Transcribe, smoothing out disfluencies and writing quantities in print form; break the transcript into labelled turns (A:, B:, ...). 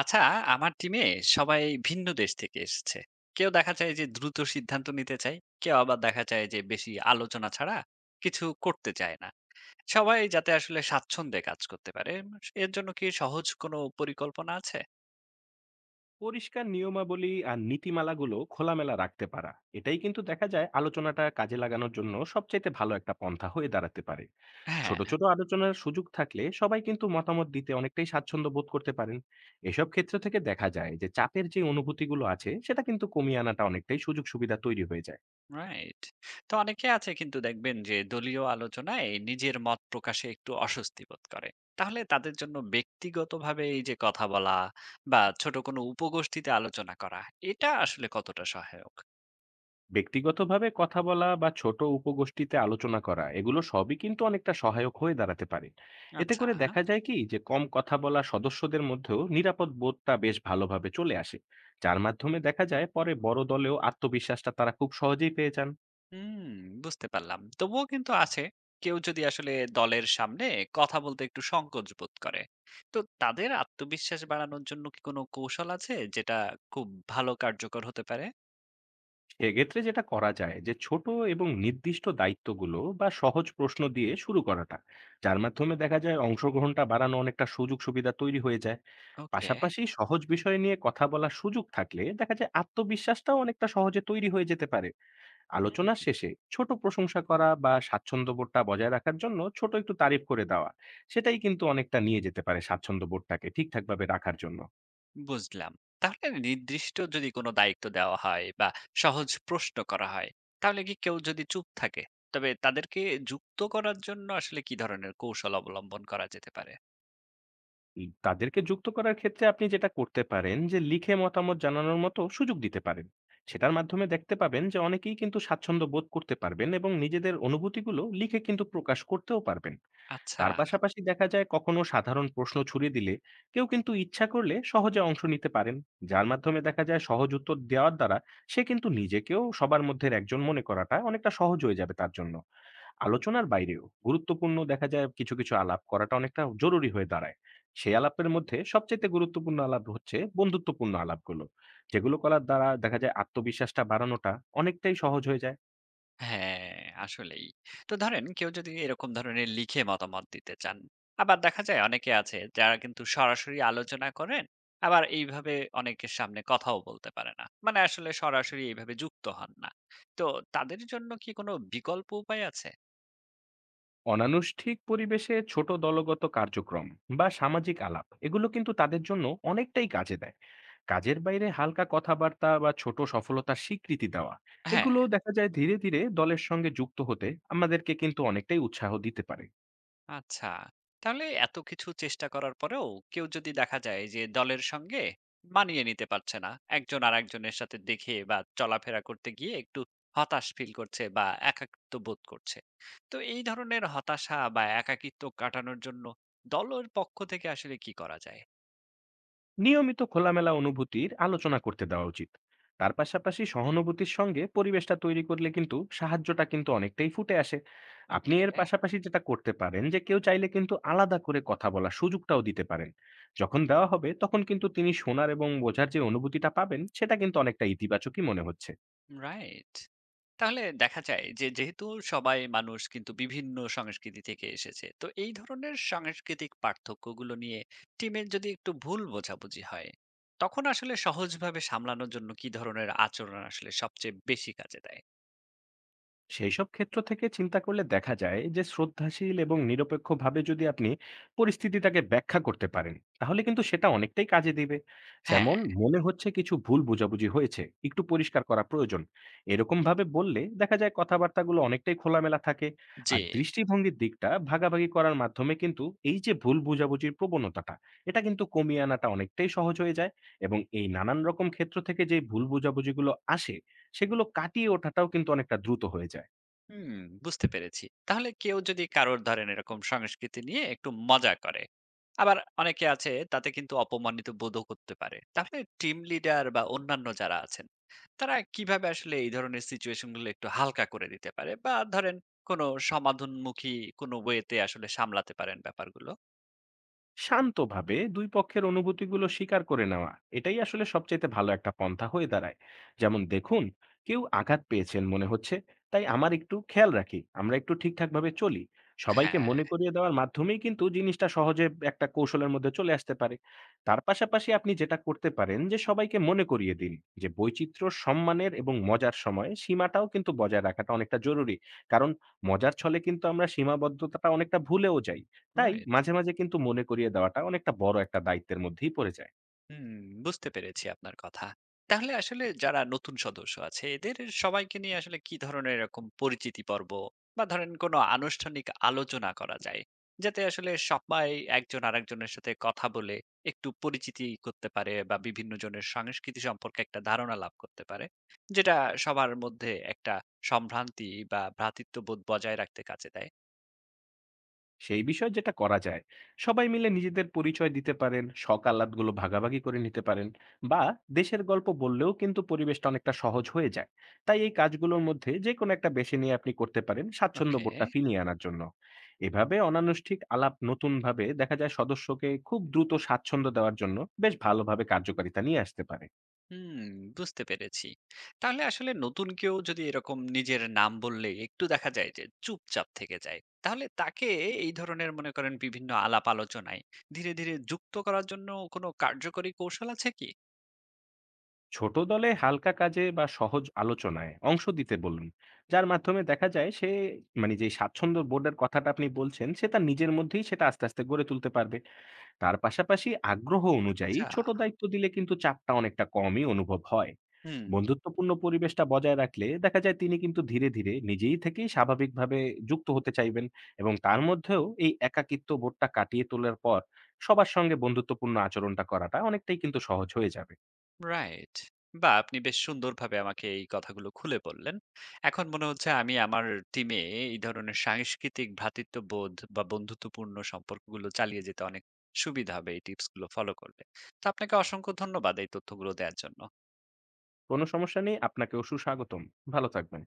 A: আচ্ছা, আমার টিমে সবাই ভিন্ন দেশ থেকে এসেছে। কেউ দেখা যায় যে দ্রুত সিদ্ধান্ত নিতে চায়, কেউ আবার দেখা যায় যে বেশি আলোচনা ছাড়া কিছু করতে চায় না। সবাই যাতে আসলে স্বাচ্ছন্দ্যে কাজ করতে পারে, এর জন্য কি সহজ কোনো পরিকল্পনা আছে?
B: পরিষ্কার নিয়মাবলী আর নীতিমালাগুলো খোলামেলা রাখতে পারা এটাই কিন্তু দেখা যায় আলোচনাটা কাজে লাগানোর জন্য সবচাইতে ভালো একটা পন্থা হয়ে দাঁড়াতে পারে। ছোট
A: হ্যাঁ,
B: ছোট আলোচনার সুযোগ থাকলে সবাই কিন্তু মতামত দিতে অনেকটাই স্বাচ্ছন্দ্য বোধ করতে পারেন। এসব ক্ষেত্র থেকে দেখা যায় যে চাপের যে অনুভূতিগুলো আছে সেটা কিন্তু কমিয়ে আনাটা অনেকটাই সুযোগ সুবিধা তৈরি হয়ে যায়।
A: রাইট। তো অনেকে আছে কিন্তু দেখবেন যে দলীয় আলোচনায় নিজের মত প্রকাশে একটু অস্বস্তি বোধ করে। তাহলে তাদের জন্য ব্যক্তিগতভাবে এই যে কথা বলা বা ছোট কোনো উপগোষ্ঠীতে আলোচনা করা, এটা আসলে কতটা সহায়ক?
B: ব্যক্তিগতভাবে কথা বলা বা ছোট উপগোষ্ঠীতে আলোচনা করা এগুলো সবই কিন্তু অনেকটা সহায়ক হয়ে দাঁড়াতে পারে। এতে
A: আচ্ছা।
B: করে দেখা যায় কি যে কম কথা বলা সদস্যদের মধ্যেও নিরাপদ বোধটা বেশ ভালোভাবে চলে আসে, যার মাধ্যমে দেখা যায় পরে বড় দলেও আত্মবিশ্বাসটা তারা খুব সহজেই পেয়ে যান।
A: হুম, বুঝতে পারলাম। তবুও কিন্তু আছে, কেউ যদি আসলে দলের সামনে কথা বলতে একটু সংকোচ বোধ করে। তো তাদের আত্মবিশ্বাস বাড়ানোর জন্য কি কোনো কৌশল আছে যেটা খুব ভালো কার্যকর হতে পারে?
B: এক্ষেত্রে যেটা করা যায় যে ছোট এবং নির্দিষ্ট দায়িত্বগুলো বা সহজ প্রশ্ন দিয়ে শুরু করাটা, যার মাধ্যমে দেখা যায় অংশগ্রহণটা বাড়ানো অনেকটা সুযোগ সুবিধা তৈরি হয়ে যায়।
A: ওকে,
B: পাশাপাশি সহজ বিষয় নিয়ে কথা বলার সুযোগ থাকলে দেখা যায় আত্মবিশ্বাসটাও অনেকটা সহজে তৈরি হয়ে যেতে পারে।
A: হুম,
B: আলোচনার শেষে ছোট প্রশংসা করা বা স্বাচ্ছন্দ্যবোধটা বজায় রাখার জন্য ছোট একটু তারিফ করে দেওয়া, সেটাই কিন্তু অনেকটা নিয়ে যেতে পারে স্বাচ্ছন্দ্যবোধটাকে ঠিকঠাকভাবে রাখার জন্য।
A: বুঝলাম। তাহলে নির্দিষ্ট যদি কোনো দায়িত্ব দেওয়া হয় বা সহজ প্রশ্ন করা হয়, তাহলে কি কেউ যদি চুপ থাকে, তবে তাদেরকে যুক্ত করার জন্য আসলে কি ধরনের কৌশল অবলম্বন করা যেতে পারে?
B: তাদেরকে যুক্ত করার ক্ষেত্রে আপনি যেটা করতে পারেন যে লিখে মতামত জানানোর মতো সুযোগ দিতে পারেন। সেটার মাধ্যমে দেখতে পাবেন যে অনেকেই কিন্তু স্বাচ্ছন্দ্য বোধ করতে পারবেন এবং নিজেদের অনুভূতিগুলো লিখে কিন্তু প্রকাশ করতেও পারবেন।
A: আচ্ছা।
B: তার পাশাপাশি দেখা যায় কখনো সাধারণ প্রশ্ন ছুড়ে দিলে কেউ কিন্তু ইচ্ছা করলে সহজে অংশ নিতে পারেন, যার মাধ্যমে দেখা যায় সহজ উত্তর দেওয়ার দ্বারা সে কিন্তু নিজেকেও সবার মধ্যে একজন মনে করাটা অনেকটা সহজ হয়ে যাবে তার জন্য। আলোচনার বাইরেও গুরুত্বপূর্ণ দেখা যায় কিছু কিছু আলাপ করাটা অনেকটা জরুরি হয়ে দাঁড়ায়। সেই আলাপের মধ্যে সবচেয়ে গুরুত্বপূর্ণ আলাপ হচ্ছে বন্ধুত্বপূর্ণ আলাপগুলো, যেগুলো করার দ্বারা দেখা যায় আত্মবিশ্বাসটা বাড়ানোটা অনেকটাই সহজ হয়ে যায়।
A: হ্যাঁ, আসলেই। তো ধরেন কেউ যদি এরকম ধরনের লিখে মতামত দিতে চান, আবার দেখা যায় অনেকে আছে যারা কিন্তু সরাসরি আলোচনা করেন, আবার এইভাবে অনেকের সামনে কথাও বলতে পারে না। মানে আসলে সরাসরি এইভাবে যুক্ত হন না। তো তাদের জন্য কি কোনো বিকল্প উপায় আছে?
B: অনানুষ্ঠিক পরিবেশে ছোট দলগত কার্যক্রম বা সামাজিক আলাপ এগুলো কিন্তু তাদের জন্য অনেকটাই কাজে দেয়। কাজের বাইরে হালকা কথাবার্তা বা ছোট সফলতার স্বীকৃতি দেওয়া,
A: হ্যাঁ।
B: এগুলো দেখা যায় ধীরে ধীরে দলের সঙ্গে যুক্ত হতে আমাদেরকে কিন্তু অনেকটাই উৎসাহ দিতে পারে।
A: আচ্ছা, তাহলে এত কিছু চেষ্টা করার পরেও কেউ যদি দেখা যায় যে দলের সঙ্গে মানিয়ে নিতে পারছে না, একজন আর একজনের সাথে দেখে বা চলাফেরা করতে গিয়ে একটু হতাশ ফিল করছে বা একাকিত্ব বোধ করছে, তো এই ধরনের হতাশা বা একাকিত্ব কাটানোর জন্য দলের পক্ষ থেকে আসলে কি করা যায়?
B: নিয়মিত খোলামেলা অনুভূতির আলোচনা করতে দেওয়া উচিত। তার পাশাপাশি সহানুভূতির সঙ্গে পরিবেশটা তৈরি করলে কিন্তু সাহায্যটা কিন্তু অনেকটাই ফুটে আসে। আপনি
A: ওকে,
B: এর পাশাপাশি যেটা করতে পারেন যে কেউ চাইলে কিন্তু আলাদা করে কথা বলার সুযোগটাও দিতে পারেন। যখন দেওয়া হবে তখন কিন্তু তিনি শোনার এবং বোঝার যে অনুভূতিটা পাবেন সেটা কিন্তু অনেকটা ইতিবাচকই মনে হচ্ছে।
A: রাইট। তাহলে দেখা যায় যে যেহেতু সবাই মানুষ কিন্তু বিভিন্ন সংস্কৃতি থেকে এসেছে, তো এই ধরনের সাংস্কৃতিক পার্থক্যগুলো নিয়ে টিমের যদি একটু ভুল বোঝাবুঝি হয়, তখন আসলে সহজভাবে সামলানোর জন্য কি ধরনের আচরণ আসলে সবচেয়ে বেশি কাজে দেয়?
B: সেইসব ক্ষেত্র থেকে চিন্তা করলে দেখা যায় যে শ্রদ্ধাশীল এবং নিরপেক্ষভাবে যদি আপনি পরিস্থিতিটাকে ব্যাখ্যা করতে পারেন, তাহলে কিন্তু সেটা অনেকটাই কাজে দিবে।
A: হ্যাঁ,
B: যেমন, মনে হচ্ছে কিছু ভুল বোঝাবুঝি হয়েছে, একটু পরিষ্কার করা প্রয়োজন, এরকম ভাবে বললে দেখা যায় কথাবার্তাগুলো অনেকটাই খোলামেলা থাকে।
A: জি।
B: আর দৃষ্টিভঙ্গির দিকটা ভাগাভাগি করার মাধ্যমে কিন্তু এই যে ভুল বোঝাবুঝির প্রবণতাটা, এটা কিন্তু কমিয়ে আনাটা অনেকটাই সহজ হয়ে যায়। এবং এই নানান রকম ক্ষেত্র থেকে যে ভুল বোঝাবুঝিগুলো আসে, সেগুলো কাটিয়ে ওঠাটাও কিন্তু অনেকটা দ্রুত হয়ে যায়।
A: হুম, বুঝতে পেরেছি। তাহলে কেউ যদি কারোর ধরেন এরকম সংস্কৃতি নিয়ে একটু মজা করে, আবার অনেকে আছে তাতে কিন্তু অপমানিত বোধও করতে পারে, তাহলে টিম লিডার বা অন্যান্য যারা আছেন তারা কিভাবে আসলে এই ধরনের সিচুয়েশন গুলো একটু হালকা করে দিতে পারে, বা ধরেন কোনো সমাধানমুখী কোনো ওয়েতে আসলে সামলাতে পারেন ব্যাপারগুলো?
B: শান্তভাবে ২ পক্ষের অনুভূতিগুলো স্বীকার করে নেওয়া, এটাই আসলে সবচাইতে ভালো একটা পন্থা হয়ে দাঁড়ায়। যেমন দেখুন, কেউ আঘাত পেয়েছেন মনে হচ্ছে, তাই আমার একটু খেয়াল রাখি, আমরা একটু ঠিকঠাকভাবে চলি। সবাইকে
A: হ্যাঁ,
B: মনে করিয়ে দেওয়ার মাধ্যমেই কিন্তু জিনিসটা সহজে একটা কৌশলের মধ্যে চলে আসতে পারে। তার পাশাপাশি আপনি যেটা করতে পারেন যে সবাইকে মনে করিয়ে দিন যে বৈচিত্র্য সম্মানের এবং মজার সময়ে সীমাটাও কিন্তু বজায় রাখাটা অনেকটা জরুরি। কারণ মজার ছলে কিন্তু আমরা সীমাবদ্ধতাটা অনেকটা ভুলেও যাই। তাই
A: রাইট।
B: মাঝে, মাঝে কিন্তু মনে করিয়ে দেওয়াটা অনেকটা বড় একটা দায়িত্বের মধ্যেই পড়ে যায়।
A: হুম, বুঝতে পেরেছি আপনার কথা। তাহলে আসলে যারা নতুন সদস্য আছে এদের সবাইকে নিয়ে আসলে কি ধরনের এরকম পরিচিতি পর্ব বা ধরেন কোনো আনুষ্ঠানিক আলোচনা করা যায়? যাতে আসলে সবাই একজন আরেকজনের সাথে কথা বলে একটু পরিচিতি করতে পারে বা বিভিন্ন জনের সংস্কৃতি সম্পর্কে একটা ধারণা লাভ করতে পারে। যেটা সবার মধ্যে একটা সম্ভ্রান্তি বা ভ্রাতৃত্ববোধ বজায় রাখতে কাজে দেয়।
B: সেই বিষয়ে যেটা করা যায়, সবাই মিলে নিজেদের পরিচয় দিতে পারেন, শখ আহ্লাদগুলো ভাগাভাগি করে নিতে পারেন বা দেশের গল্প বললেও কিন্তু পরিবেশটা অনেকটা সহজ হয়ে যায়। তাই এই কাজগুলোর মধ্যে যেকোনো একটা বেছে নিয়ে আপনি করতে পারেন স্বাচ্ছন্দ্য
A: ওকে।
B: বোধটা ফিরিয়ে আনার জন্য। এভাবে অনানুষ্ঠিক আলাপ নতুনভাবে দেখা যায় সদস্যকে খুব দ্রুত স্বাচ্ছন্দ্য দেওয়ার জন্য বেশ ভালোভাবে কার্যকারিতা নিয়ে আসতে পারে।
A: হুম, বুঝতে পেরেছি। তাহলে আসলে নতুন কেউ যদি এরকম নিজের নাম বললে একটু দেখা যায় যে চুপচাপ থেকে যায়। তাহলে তাকে এই ধরনের মনে করেন বিভিন্ন আলাপ আলোচনায় ধীরে, ধীরে যুক্ত করার জন্য কোনো কার্যকরী কৌশল আছে কি?
B: ছোট দলে হালকা কাজে বা সহজ আলোচনায় অংশ দিতে বলুন, যার মাধ্যমে দেখা যায় সে, মানে যে স্বাচ্ছন্দ্য বোর্ডের কথাটা আপনি বলছেন, সে তার নিজের মধ্যেই সেটা আস্তে আস্তে গড়ে তুলতে পারবে। তার পাশাপাশি আগ্রহ অনুযায়ী
A: আচ্ছা।
B: ছোট দায়িত্ব দিলে কিন্তু চাপটা অনেকটা কমই অনুভব হয়।
A: হুম।
B: বন্ধুত্বপূর্ণ পরিবেশটা বজায় রাখলে দেখা যায় তিনি কিন্তু ধীরে ধীরে নিজেই থেকেই স্বাভাবিকভাবে যুক্ত হতে চাইবেন। এবং তার মধ্যেও এই একাকিত্ব বোর্ডটা কাটিয়ে তোলার পর সবার সঙ্গে বন্ধুত্বপূর্ণ আচরণটা করাটা অনেকটাই কিন্তু সহজ হয়ে যাবে।
A: রাইট। বাহ! আপনি বেশ সুন্দরভাবে আমাকে এই কথাগুলো খুলে বললেন। এখন মনে হচ্ছে আমি আমার টিমে এই ধরনের সাংস্কৃতিক ভ্রাতৃত্ববোধ বা বন্ধুত্বপূর্ণ সম্পর্কগুলো চালিয়ে যেতে অনেক সুবিধা হবে এই টিপসগুলো ফলো করলে। তো আপনাকে অসংখ্য ধন্যবাদ এই তথ্যগুলো দেয়ার জন্য।
B: কোনো সমস্যা নেই। আপনাকেও সুস্বাগতম। ভালো থাকবেন।